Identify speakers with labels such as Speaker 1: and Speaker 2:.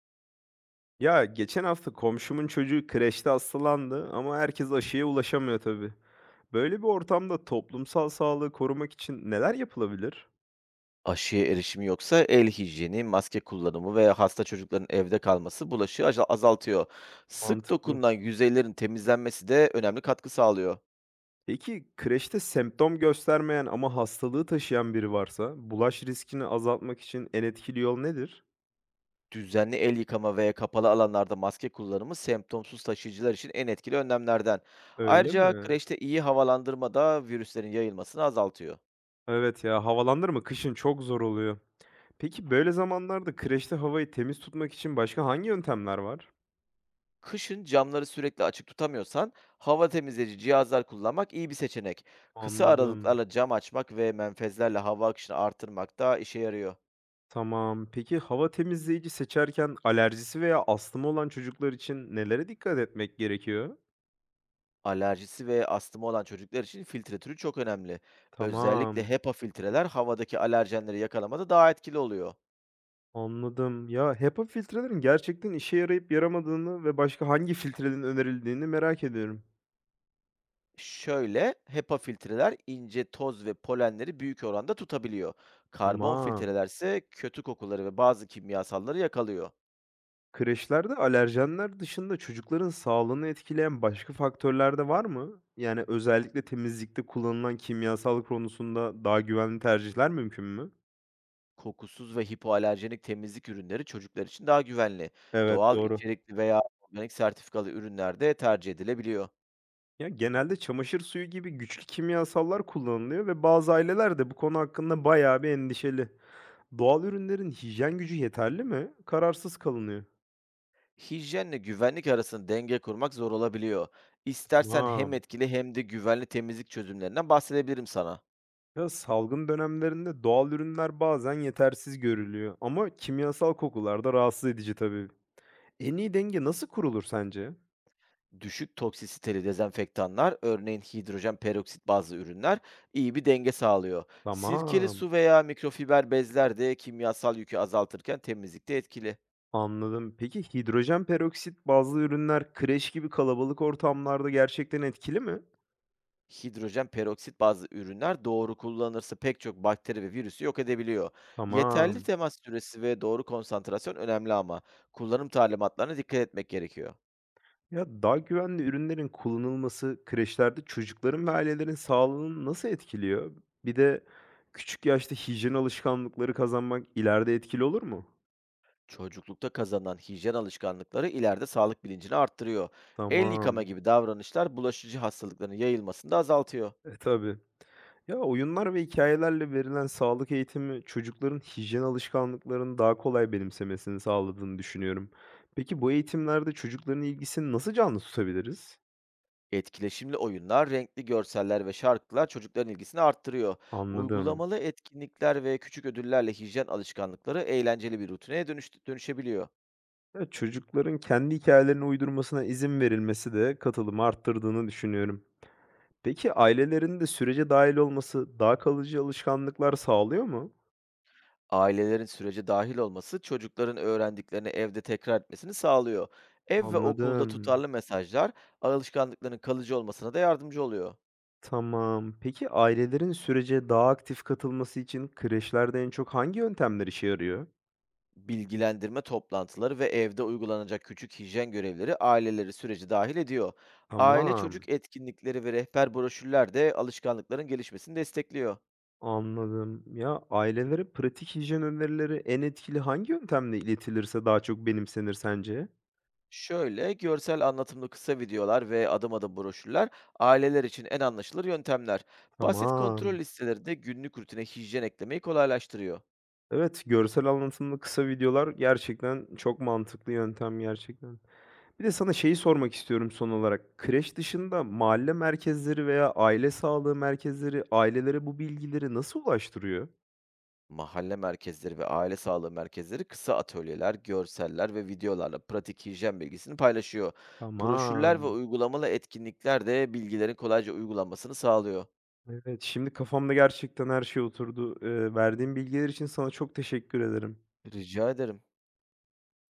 Speaker 1: Ya geçen hafta komşumun çocuğu kreşte hastalandı ama herkes aşıya ulaşamıyor tabii. Böyle bir ortamda toplumsal sağlığı korumak için neler yapılabilir?
Speaker 2: Aşıya erişimi yoksa el hijyeni, maske kullanımı veya hasta çocukların evde kalması bulaşığı azaltıyor. Sık
Speaker 1: Mantıklı.
Speaker 2: dokunulan yüzeylerin temizlenmesi de önemli katkı sağlıyor.
Speaker 1: Peki kreşte semptom göstermeyen ama hastalığı taşıyan biri varsa bulaş riskini azaltmak için en etkili yol nedir?
Speaker 2: Düzenli el yıkama veya kapalı alanlarda maske kullanımı semptomsuz taşıyıcılar için en etkili önlemlerden.
Speaker 1: Öyle
Speaker 2: Ayrıca
Speaker 1: mi?
Speaker 2: kreşte iyi havalandırma da virüslerin yayılmasını azaltıyor.
Speaker 1: Evet ya, havalandırma kışın çok zor oluyor. Peki böyle zamanlarda kreşte havayı temiz tutmak için başka hangi yöntemler var?
Speaker 2: Kışın camları sürekli açık tutamıyorsan hava temizleyici cihazlar kullanmak iyi bir seçenek. Kısa
Speaker 1: Anladım.
Speaker 2: aralıklarla cam açmak ve menfezlerle hava akışını artırmak da işe yarıyor.
Speaker 1: Tamam. Peki hava temizleyici seçerken alerjisi veya astımı olan çocuklar için nelere dikkat etmek gerekiyor?
Speaker 2: Alerjisi ve astımı olan çocuklar için filtre türü çok önemli. Özellikle
Speaker 1: Tamam.
Speaker 2: HEPA filtreler havadaki alerjenleri yakalamada daha etkili oluyor.
Speaker 1: Anladım. Ya, HEPA filtrelerin gerçekten işe yarayıp yaramadığını ve başka hangi filtrelerin önerildiğini merak ediyorum.
Speaker 2: Şöyle, HEPA filtreler ince toz ve polenleri büyük oranda tutabiliyor. Karbon
Speaker 1: Tamam.
Speaker 2: filtreler ise kötü kokuları ve bazı kimyasalları yakalıyor.
Speaker 1: Kreşlerde alerjenler dışında çocukların sağlığını etkileyen başka faktörler de var mı? Yani özellikle temizlikte kullanılan kimyasal konusunda daha güvenli tercihler mümkün mü?
Speaker 2: Kokusuz ve hipoalerjenik temizlik ürünleri çocuklar için daha güvenli.
Speaker 1: Evet,
Speaker 2: Doğal
Speaker 1: doğru.
Speaker 2: içerikli veya organik sertifikalı ürünler de tercih edilebiliyor.
Speaker 1: Ya, genelde çamaşır suyu gibi güçlü kimyasallar kullanılıyor ve bazı aileler de bu konu hakkında bayağı bir endişeli. Doğal ürünlerin hijyen gücü yeterli mi? Kararsız kalınıyor.
Speaker 2: Hijyenle güvenlik arasında denge kurmak zor olabiliyor. İstersen hem
Speaker 1: Tamam.
Speaker 2: etkili hem de güvenli temizlik çözümlerinden bahsedebilirim sana.
Speaker 1: Ya, salgın dönemlerinde doğal ürünler bazen yetersiz görülüyor ama kimyasal kokular da rahatsız edici tabii. En iyi denge nasıl kurulur sence?
Speaker 2: Düşük toksisiteli dezenfektanlar, örneğin hidrojen peroksit bazlı ürünler iyi bir denge sağlıyor. Sirkeli
Speaker 1: Tamam.
Speaker 2: su veya mikrofiber bezler de kimyasal yükü azaltırken temizlikte etkili.
Speaker 1: Anladım. Peki hidrojen peroksit bazlı ürünler kreş gibi kalabalık ortamlarda gerçekten etkili mi?
Speaker 2: Hidrojen peroksit bazlı ürünler doğru kullanılırsa pek çok bakteri ve virüsü yok edebiliyor. Yeterli
Speaker 1: Tamam.
Speaker 2: temas süresi ve doğru konsantrasyon önemli ama kullanım talimatlarına dikkat etmek gerekiyor.
Speaker 1: Ya, daha güvenli ürünlerin kullanılması kreşlerde çocukların ve ailelerin sağlığını nasıl etkiliyor? Bir de küçük yaşta hijyen alışkanlıkları kazanmak ileride etkili olur mu?
Speaker 2: Çocuklukta kazanılan hijyen alışkanlıkları ileride sağlık bilincini arttırıyor. El yıkama
Speaker 1: Tamam.
Speaker 2: gibi davranışlar bulaşıcı hastalıkların yayılmasını da azaltıyor.
Speaker 1: E, tabii. Ya, oyunlar ve hikayelerle verilen sağlık eğitimi çocukların hijyen alışkanlıklarını daha kolay benimsemesini sağladığını düşünüyorum. Peki bu eğitimlerde çocukların ilgisini nasıl canlı tutabiliriz?
Speaker 2: Etkileşimli oyunlar, renkli görseller ve şarkılar çocukların ilgisini arttırıyor.
Speaker 1: Anladım.
Speaker 2: Uygulamalı etkinlikler ve küçük ödüllerle hijyen alışkanlıkları eğlenceli bir rutine dönüşebiliyor.
Speaker 1: Ya, çocukların kendi hikâyelerini uydurmasına izin verilmesi de katılımı arttırdığını düşünüyorum. Peki, ailelerin de sürece dahil olması daha kalıcı alışkanlıklar sağlıyor mu?
Speaker 2: Ailelerin sürece dahil olması çocukların öğrendiklerini evde tekrar etmesini sağlıyor. Ev ve okulda
Speaker 1: Anladım.
Speaker 2: tutarlı mesajlar alışkanlıkların kalıcı olmasına da yardımcı oluyor.
Speaker 1: Tamam. Peki, ailelerin sürece daha aktif katılması için kreşlerde en çok hangi yöntemler işe yarıyor?
Speaker 2: Bilgilendirme toplantıları ve evde uygulanacak küçük hijyen görevleri aileleri süreci dahil ediyor. Aile
Speaker 1: Tamam,
Speaker 2: çocuk etkinlikleri ve rehber broşürler de alışkanlıkların gelişmesini destekliyor.
Speaker 1: anladım. Ya, ailelere pratik hijyen önerileri en etkili hangi yöntemle iletilirse daha çok benimsenir sence?
Speaker 2: Şöyle görsel anlatımlı kısa videolar ve adım adım broşürler aileler için en anlaşılır yöntemler. Basit kontrol
Speaker 1: Tamam.
Speaker 2: listeleri de günlük rutine hijyen eklemeyi kolaylaştırıyor.
Speaker 1: Evet, görsel anlatımlı kısa videolar gerçekten çok mantıklı yöntem gerçekten. Bir de sana şeyi sormak istiyorum son olarak. Kreş dışında mahalle merkezleri veya aile sağlığı merkezleri ailelere bu bilgileri nasıl ulaştırıyor?
Speaker 2: Mahalle merkezleri ve aile sağlığı merkezleri kısa atölyeler, görseller ve videolarla pratik hijyen bilgisini paylaşıyor. Broşürler ve
Speaker 1: Tamam.
Speaker 2: uygulamalı etkinlikler de bilgilerin kolayca uygulanmasını sağlıyor.
Speaker 1: Evet, şimdi kafamda gerçekten her şey oturdu. Verdiğin bilgiler için sana çok teşekkür ederim.
Speaker 2: Rica ederim.